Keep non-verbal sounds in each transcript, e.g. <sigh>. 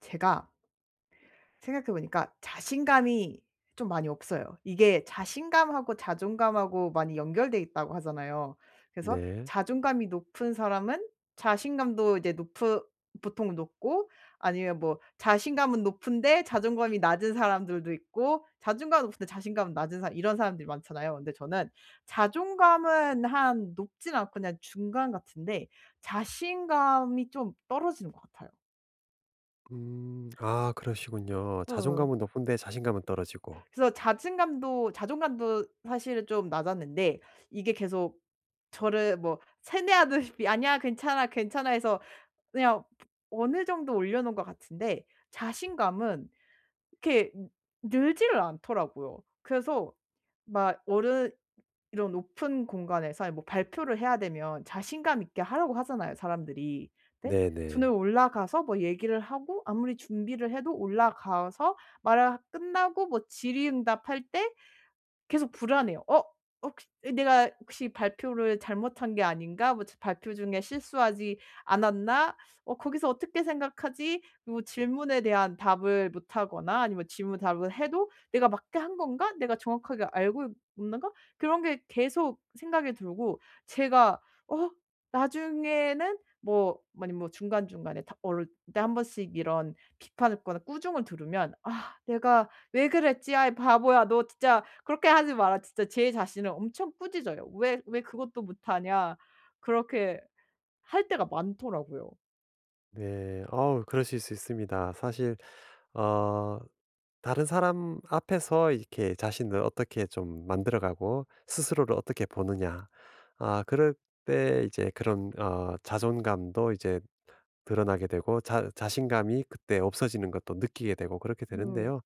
제가 생각해 보니까 자신감이 좀 많이 없어요. 이게 자신감하고 자존감하고 많이 연결돼 있다고 하잖아요. 그래서 네. 자존감이 높은 사람은 자신감도 이제 높 보통 높고, 아니면 뭐 자신감은 높은데 자존감이 낮은 사람들도 있고, 자존감은 높은데 자신감은 낮은 사람, 이런 사람들이 많잖아요. 근데 저는 자존감은 한 높진 않고 그냥 중간 같은데 자신감이 좀 떨어지는 것 같아요. 음. 아 그러시군요. 자존감은 예. 높은데 자신감은 떨어지고. 그래서 자신감도 자존감도 사실은 좀 낮았는데, 이게 계속 저를 뭐 세뇌하듯이 "아니야. 괜찮아, 괜찮아." 해서 그냥 어느 정도 올려 놓은 것 같은데, 자신감은 이렇게 늘지를 않더라고요. 그래서 막 어른 이런 높은 공간에서 뭐 발표를 해야 되면 자신감 있게 하라고 하잖아요, 사람들이. 근데 저는 네네. 올라가서 뭐 얘기를 하고 아무리 준비를 해도, 올라가서 말을 끝나고 뭐 질의응답할 때 계속 불안해요. '어 혹시 내가 혹시 발표를 잘못한 게 아닌가? 뭐 발표 중에 실수하지 않았나? 어 거기서 어떻게 생각하지?' 그리고 질문에 대한 답을 못 하거나 아니면 질문 답을 해도 '내가 맞게 한 건가? 내가 정확하게 알고 있는가?' 그런 게 계속 생각이 들고, 제가 어 나중에는 뭐 아니 뭐 중간중간에 다, 어릴 때 한 번씩 이런 비판을 거나 꾸중을 들으면 '아 내가 "왜 그랬지? 아이 바보야. 너 진짜 그렇게 하지 마라." 진짜 제 자신을 엄청 꾸짖어요. "왜 그것도 못하냐." 그렇게 할 때가 많더라고요. 네. 어우 그러실 수 있습니다. 사실 어 다른 사람 앞에서 이렇게 자신을 어떻게 좀 만들어 가고 스스로를 어떻게 보느냐. 아 그럴 때 이제 그런 자존감도 이제 드러나게 되고 자 자신감이 그때 없어지는 것도 느끼게 되고 그렇게 네. 되는데요.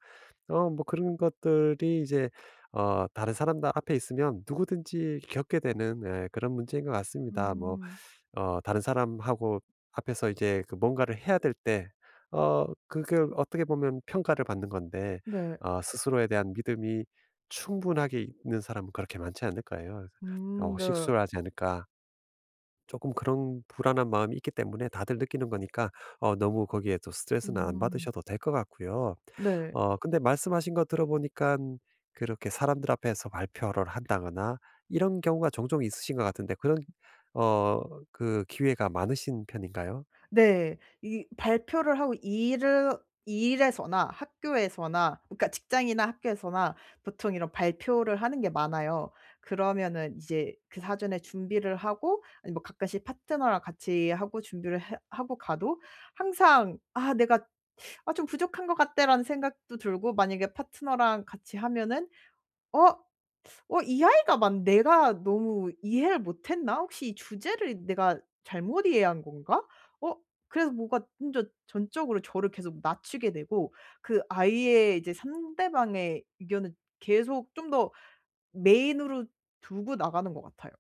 뭐 그런 것들이 이제 다른 사람들 앞에 있으면 누구든지 겪게 되는 예 그런 문제인 것 같습니다. 뭐 음. 다른 사람하고 앞에서 이제 그 뭔가를 해야 될 때 그걸 어떻게 보면 평가를 받는 건데 네. 스스로에 대한 믿음이 충분하게 있는 사람은 그렇게 많지 않을까요? 그래서 어 네. 수를 하지 않을까.' 조금 그런 불안한 마음이 있기 때문에 다들 느끼는 거니까 너무 거기에 또 스트레스는 안 음. 받으셔도 될 것 같고요. 네. 근데 말씀하신 거 들어보니까 그렇게 사람들 앞에서 발표를 한다거나 이런 경우가 종종 있으신 것 같은데 그런 어 그 기회가 많으신 편인가요? 네. 이 발표를 하고 일을 일에서나 학교에서나, 그러니까 직장이나 학교에서나 보통 이런 발표를 하는 게 많아요. 그러면은 이제 그 사전에 준비를 하고, 아니 뭐 가끔씩 파트너랑 같이 하고 준비를 해 하고 가도, 항상 '아 내가 아 좀 부족한 것 같다.'라는 생각도 들고, 만약에 파트너랑 같이 하면은 '어? 어 이 아이가 만 내가 너무 이해를 못 했나? 혹시 이 주제를 내가 잘못 이해한 건가? 어 그래서 뭐가 먼저 전적으로 저를 계속 낮추게 되고, 그 아이의 이제 상대방의 의견을 계속 좀 더 메인으로 두고 나가는 것 같아요.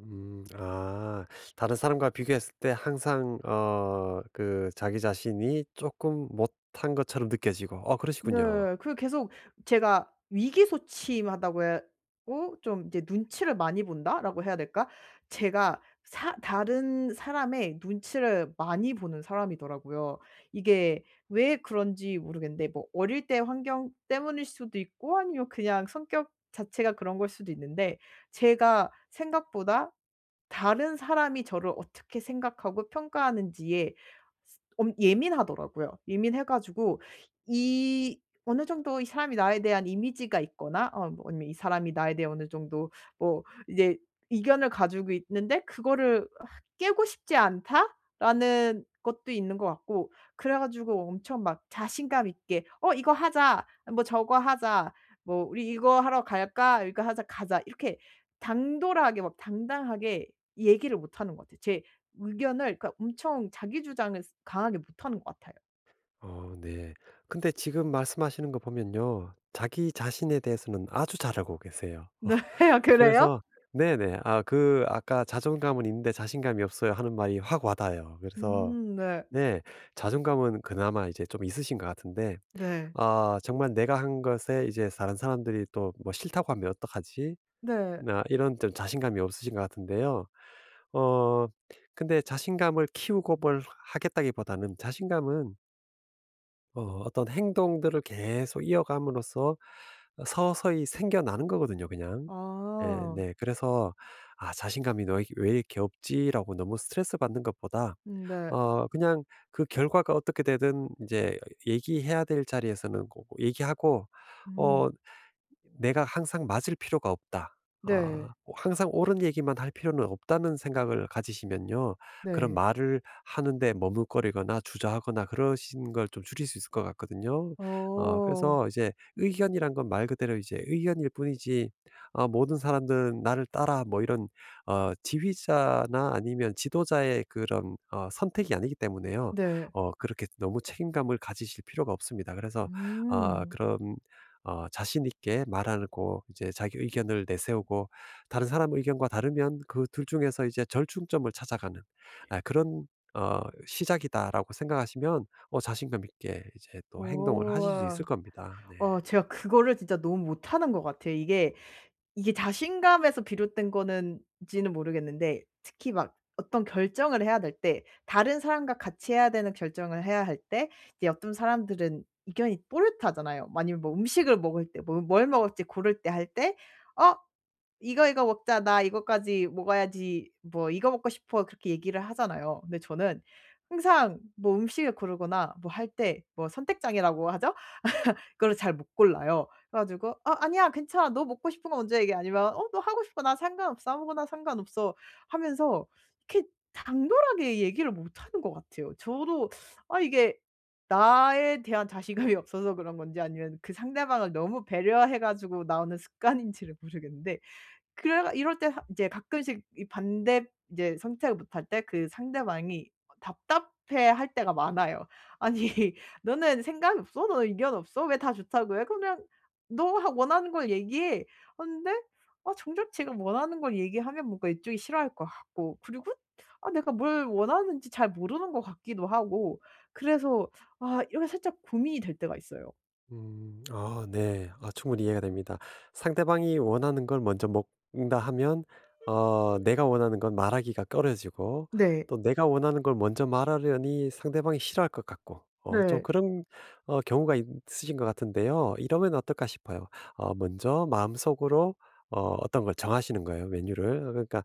아 다른 사람과 비교했을 때 항상 그 자기 자신이 조금 못한 것처럼 느껴지고 그러시군요. 네. 그 계속 제가 위기소침하다고 해야 하고, 좀 이제 '눈치를 많이 본다.'라고 해야 될까? 제가 사 다른 사람의 눈치를 많이 보는 사람이더라고요. 이게 왜 그런지 모르겠는데, 뭐 어릴 때 환경 때문일 수도 있고 아니면 그냥 성격 자체가 그런 걸 수도 있는데, 제가 생각보다 다른 사람이 저를 어떻게 생각하고 평가하는지에 스 엄 예민하더라고요. 예민해 가지고 이 어느 정도 이 사람이 나에 대한 이미지가 있거나, 어 뭐 아니면 이 사람이 나에 대해 어느 정도 뭐 이제 이견을 가지고 있는데 그거를 '아 깨고 싶지 않다.'라는 것도 있는 것 같고, 그래 가지고 엄청 막 자신감 있게 "어 이거 하자. 뭐 저거 하자. 뭐 우리 이거 하러 갈까? 이거 하자. 가자." 이렇게 당돌하게 막 당당하게 얘기를 못 하는 것 같아요. 제 의견을, 그러니까 엄청 자기 주장을 스 강하게 못 하는 것 같아요. 네. 근데 지금 말씀하시는 거 보면요. 자기 자신에 대해서는 아주 잘하고 계세요. <laughs> 네. 아 <laughs> 그래요? 그래서 네네. 아 그 아까 "자존감은 있는데 자신감이 없어요." 하는 말이 확 와닿아요. 그래서 네. 네. 자존감은 그나마 이제 좀 있으신 것 같은데 네. 아 정말 '내가 한 것에 이제 다른 사람들이 또 뭐 싫다고 하면 어떡하지?' 네. 나 이런 좀 자신감이 없으신 것 같은데요. 어 근데 자신감을 키우고 뭘 하겠다기보다는 자신감은 어떤 행동들을 계속 이어감으로써 서서히 생겨나는 거거든요 그냥. 네 아. 네. 그래서 '아 자신감이 너왜 이렇게 없지?'라고 너무 스트레스 받는 것보다 네. 그냥 그 결과가 어떻게 되든 이제 얘기해야 될 자리에서는 고 얘기하고 어 음. '내가 항상 맞을 필요가 없다. 아 네. 뭐 항상 옳은 얘기만 할 필요는 없다.'는 생각을 가지시면요. 그런 네. 말을 하는데 머뭇거리거나 주저하거나 그러신 걸 좀 줄일 수 있을 것 같거든요. 어. 그래서 이제 의견이란 건 말 그대로 이제 의견일 뿐이지 아 '모든 사람들은 나를 따라.' 뭐 이런 지휘자나 아니면 지도자의 그런 선택이 아니기 때문에요. 네. 그렇게 너무 책임감을 가지실 필요가 없습니다. 그래서 아 음. 그런 자신 있게 말하고 이제 자기 의견을 내세우고 다른 사람 의견과 다르면 그 둘 중에서 이제 절충점을 찾아가는 아 그런 어 '시작이다.'라고 생각하시면 자신감 있게 이제 또 행동을 어. 하실 수 있을 겁니다. 네. 어 제가 그거를 진짜 너무 못하는 것 같아요. 이게 자신감에서 비롯된 거는지는 모르겠는데, 특히 막 어떤 결정을 해야 될 때, 다른 사람과 같이 해야 되는 결정을 해야 할 때, 이제 어떤 사람들은 의견이 또렷하잖아요. 아니면 뭐 음식을 먹을 때, 뭐 뭘 먹을지 고를 때 할 때 "어 이거, 이거 먹자. 나 이거까지 먹어야지." 뭐 "이거 먹고 싶어." 그렇게 얘기를 하잖아요. 근데 저는 항상 뭐 음식을 고르거나 뭐 할 때, 뭐 선택장애라고 하죠? 그걸 잘 못 골라요. 그래 가지고 "어 아니야. 괜찮아. 너 먹고 싶은 거 먼저 얘기해." 아니면 "어 너 하고 싶어. 나 상관없어. 아무거나 상관없어." 하면서, 이렇게 당돌하게 얘기를 못 하는 것 같아요. 저도 아 이게 나에 대한 자신감이 없어서 그런 건지 아니면 그 상대방을 너무 배려해 가지고 나오는 습관인지를 모르겠는데, 그래 이럴 때 하 이제 가끔씩 이 반대 이제 선택을 못할 때 그 상대방이 답답해할 때가 많아요. "아니 <laughs> 너는 생각이 없어? 너는 의견 없어? 왜 다 좋다고 해? 그냥 너 원하는 걸 얘기해." 근데 아 정작 제가 원하는 걸 얘기하면 뭔가 이쪽이 싫어할 것 같고, 그리고 아 내가 뭘 원하는지 잘 모르는 것 같기도 하고, 그래서 아 이게 살짝 고민이 될 때가 있어요. 음. 아 네. 아 충분히 이해가 됩니다. 상대방이 원하는 걸 먼저 먹는다 하면 내가 원하는 건 말하기가 꺼려지고 네. 또 내가 원하는 걸 먼저 말하려니 상대방이 싫어할 것 같고 좀 네. 그런 경우가 있으신 것 같은데요. 이러면 어떨까 싶어요. 먼저 마음속으로 어떤 걸 정하시는 거예요, 메뉴를. 그러니까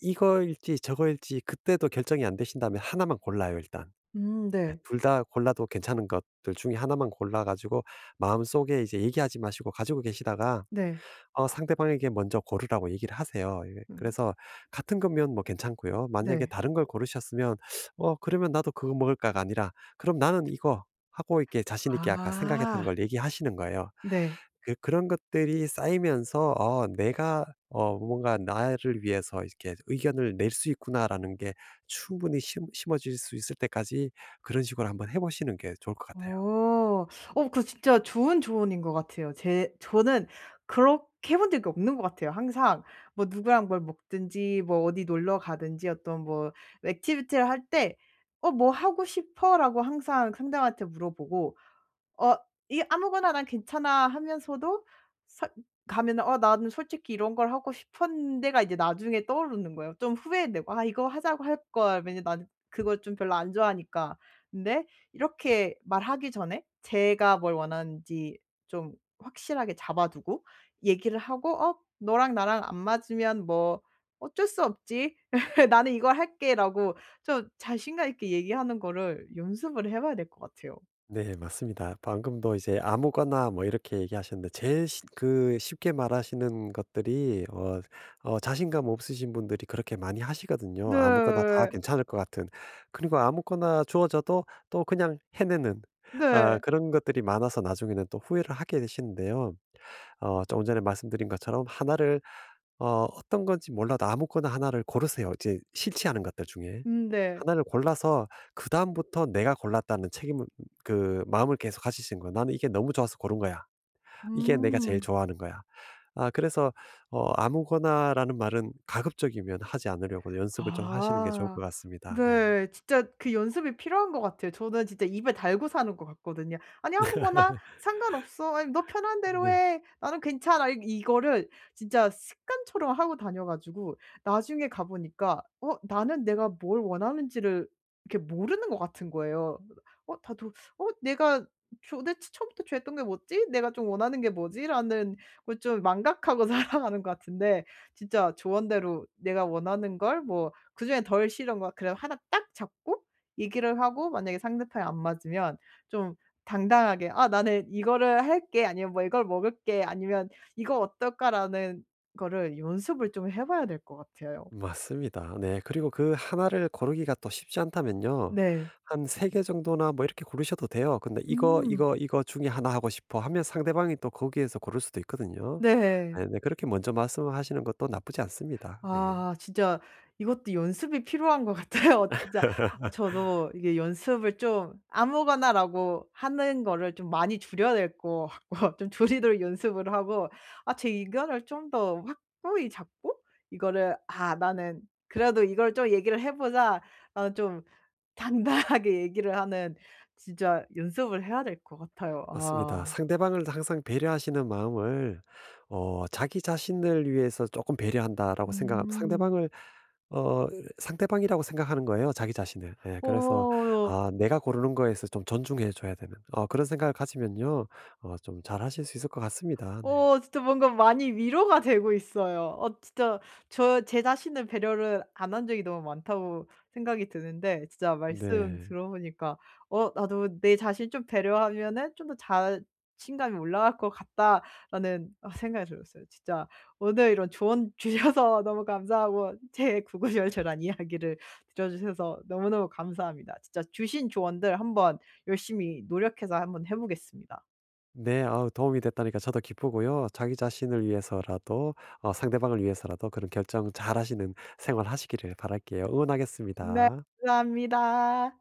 이거일지 저거일지 그때도 결정이 안 되신다면 하나만 골라요, 일단. 예. 네. 둘 다 골라도 괜찮은 것들 중에 하나만 골라 가지고 마음속에 이제 얘기하지 마시고 가지고 계시다가 네. 상대방에게 먼저 고르라고 얘기를 하세요. 예. 음 그래서 같은 거면 뭐 괜찮고요. 만약에 네. 다른 걸 고르셨으면 '어 그러면 나도 그거 먹을까.'가 아니라 '그럼 나는 이거.' 하고 이렇게 자신 있게 아까 생각했던 아. 걸 얘기하시는 거예요. 네. 그런 것들이 쌓이면서 '내가 뭔가 나를 위해서 이렇게 의견을 낼 수 있구나.'라는 게 충분히 심 심어질 수 있을 때까지 그런 식으로 한번 해 보시는 게 좋을 것 같아요. 어. 어 그 진짜 좋은 조언인 것 같아요. 제 저는 그렇게 해본 적이 없는 것 같아요. 항상 뭐 누구랑 뭘 먹든지, 뭐 어디 놀러 가든지, 어떤 뭐 액티비티를 할 때 "어 뭐 하고 싶어?"라고 항상 상대방한테 물어보고, 어 이 아무거나 난 괜찮아 하면서도, 사 가면은 '어 나는 솔직히 이런 걸 하고 싶었는데.'가 이제 나중에 떠오르는 거예요. 좀 후회되고 '아 이거 하자고 할 걸.' 왜냐면 나는 그걸 좀 별로 안 좋아하니까. 근데 이렇게 말하기 전에 제가 뭘 원하는지 좀 확실하게 잡아 두고 얘기를 하고 "어 너랑 나랑 안 맞으면 뭐 어쩔 수 없지. <laughs> 나는 이걸 할게."라고 좀 자신감 있게 얘기하는 거를 연습을 해 봐야 될 것 같아요. 네 맞습니다. 방금도 이제 아무거나 뭐 이렇게 얘기하셨는데 제일 쉽 그 쉽게 말하시는 것들이 자신감 없으신 분들이 그렇게 많이 하시거든요. 아무거나 다 네. 괜찮을 것 같은. 그리고 아무거나 주어져도 또 그냥 해내는 아 네. 그런 것들이 많아서 나중에는 또 후회를 하게 되시는데요. 조금 전에 말씀드린 것처럼 하나를 어떤 건지 몰라도 아무거나 하나를 고르세요. 이제 싫지 않은 것들 중에. 네. 하나를 골라서 그다음부터 내가 골랐다는 책임을 그 마음을 계속 가지시는 거예요. '나는 이게 너무 좋아서 고른 거야. 이게 내가 제일 음. 좋아하는 거야.' 아 그래서 아무거나라는 말은 가급적이면 하지 않으려고 연습을 좀 하시는 게 좋을 아. 것 같습니다. 네. 네. 진짜 그 연습이 필요한 것 같아요. 저는 진짜 입에 달고 사는 것 같거든요. "아니 아무거나 상관없어. 아니 너 편한 대로 네. 해. 나는 괜찮아." 이 이거를 진짜 습관처럼 하고 다녀 가지고, 나중에 가 보니까 어 나는 내가 뭘 원하는지를 이렇게 모르는 것 같은 거예요. 어 다도 '어 내가 도대체 처음부터 좋아했던 게 뭐지? 내가 좀 원하는 게 뭐지?'라는 걸 좀 망각하고 <laughs> 살아가는 것 같은데, 진짜 조언대로 내가 원하는 걸뭐 그중에 덜 싫은 거야. 그래 하나 딱 잡고 얘기를 하고, 만약에 상대편이 안 맞으면 좀 당당하게 "아 나는 이거를 할게." 아니면 "뭐 이걸 먹을게." 아니면 "이거 어떨까?"라는 거를 연습을 좀 해 봐야 될 것 같아요. 맞습니다. 네. 그리고 그 하나를 고르기가 또 쉽지 않다면요. 네. 한 3개 정도나 뭐 이렇게 고르셔도 돼요. 근데 "이거, 음. 이거, 이거 중에 하나 하고 싶어." 하면 상대방이 또 거기에서 고를 수도 있거든요. 네. 네네. 그렇게 먼저 말씀하시는 것도 나쁘지 않습니다. 네. 아 진짜 이것도 연습이 필요한 것 같아요. <laughs> 진짜 <laughs> 저도 이게 연습을 좀 아무거나라고 하는 거를 좀 많이 줄여야 될 것 같고, <laughs> 좀 줄이도록 연습을 하고, 아 제 의견을 좀 더 확고히 잡고, 이거를 '아 나는 그래도 이걸 좀 얘기를 해보자좀 <laughs> 당당하게 얘기를 하는 진짜 연습을 해야 될 것 같아요. 아. 맞습니다. 상대방을 항상 배려하시는 마음을 '자기 자신을 위해서 조금 배려한다.'라고 생각 음. 상대방을 어 상대방이라고 생각하는 거예요, 자기 자신을. 예. 그래서 어. 아 내가 고르는 거에서 좀 존중해 줘야 되는 그런 생각을 가지면요 좀 잘하실 수 있을 것 같습니다. 네. 어 진짜 뭔가 많이 위로가 되고 있어요. 어 진짜 저 제 자신을 배려를 안 한 적이 너무 많다고 생각이 드는데, 진짜 말씀 네. 들어보니까 '어 나도 내 자신 좀 배려하면은 좀 더 자신감이 올라갈 것 같다.'라는 어 생각이 들었어요. 진짜 오늘 이런 조언 <laughs> 주셔서 너무 감사하고, 제 구구절절한 이야기를 들어주셔서 너무너무 감사합니다. 진짜 주신 조언들 한번 열심히 노력해서 한번 해 보겠습니다. 네. 아우 도움이 됐다니까 저도 기쁘고요. 자기 자신을 위해서라도 상대방을 위해서라도 그런 결정 잘하시는 생활 하시기를 바랄게요. 네. 응원하겠습니다. 감사합니다.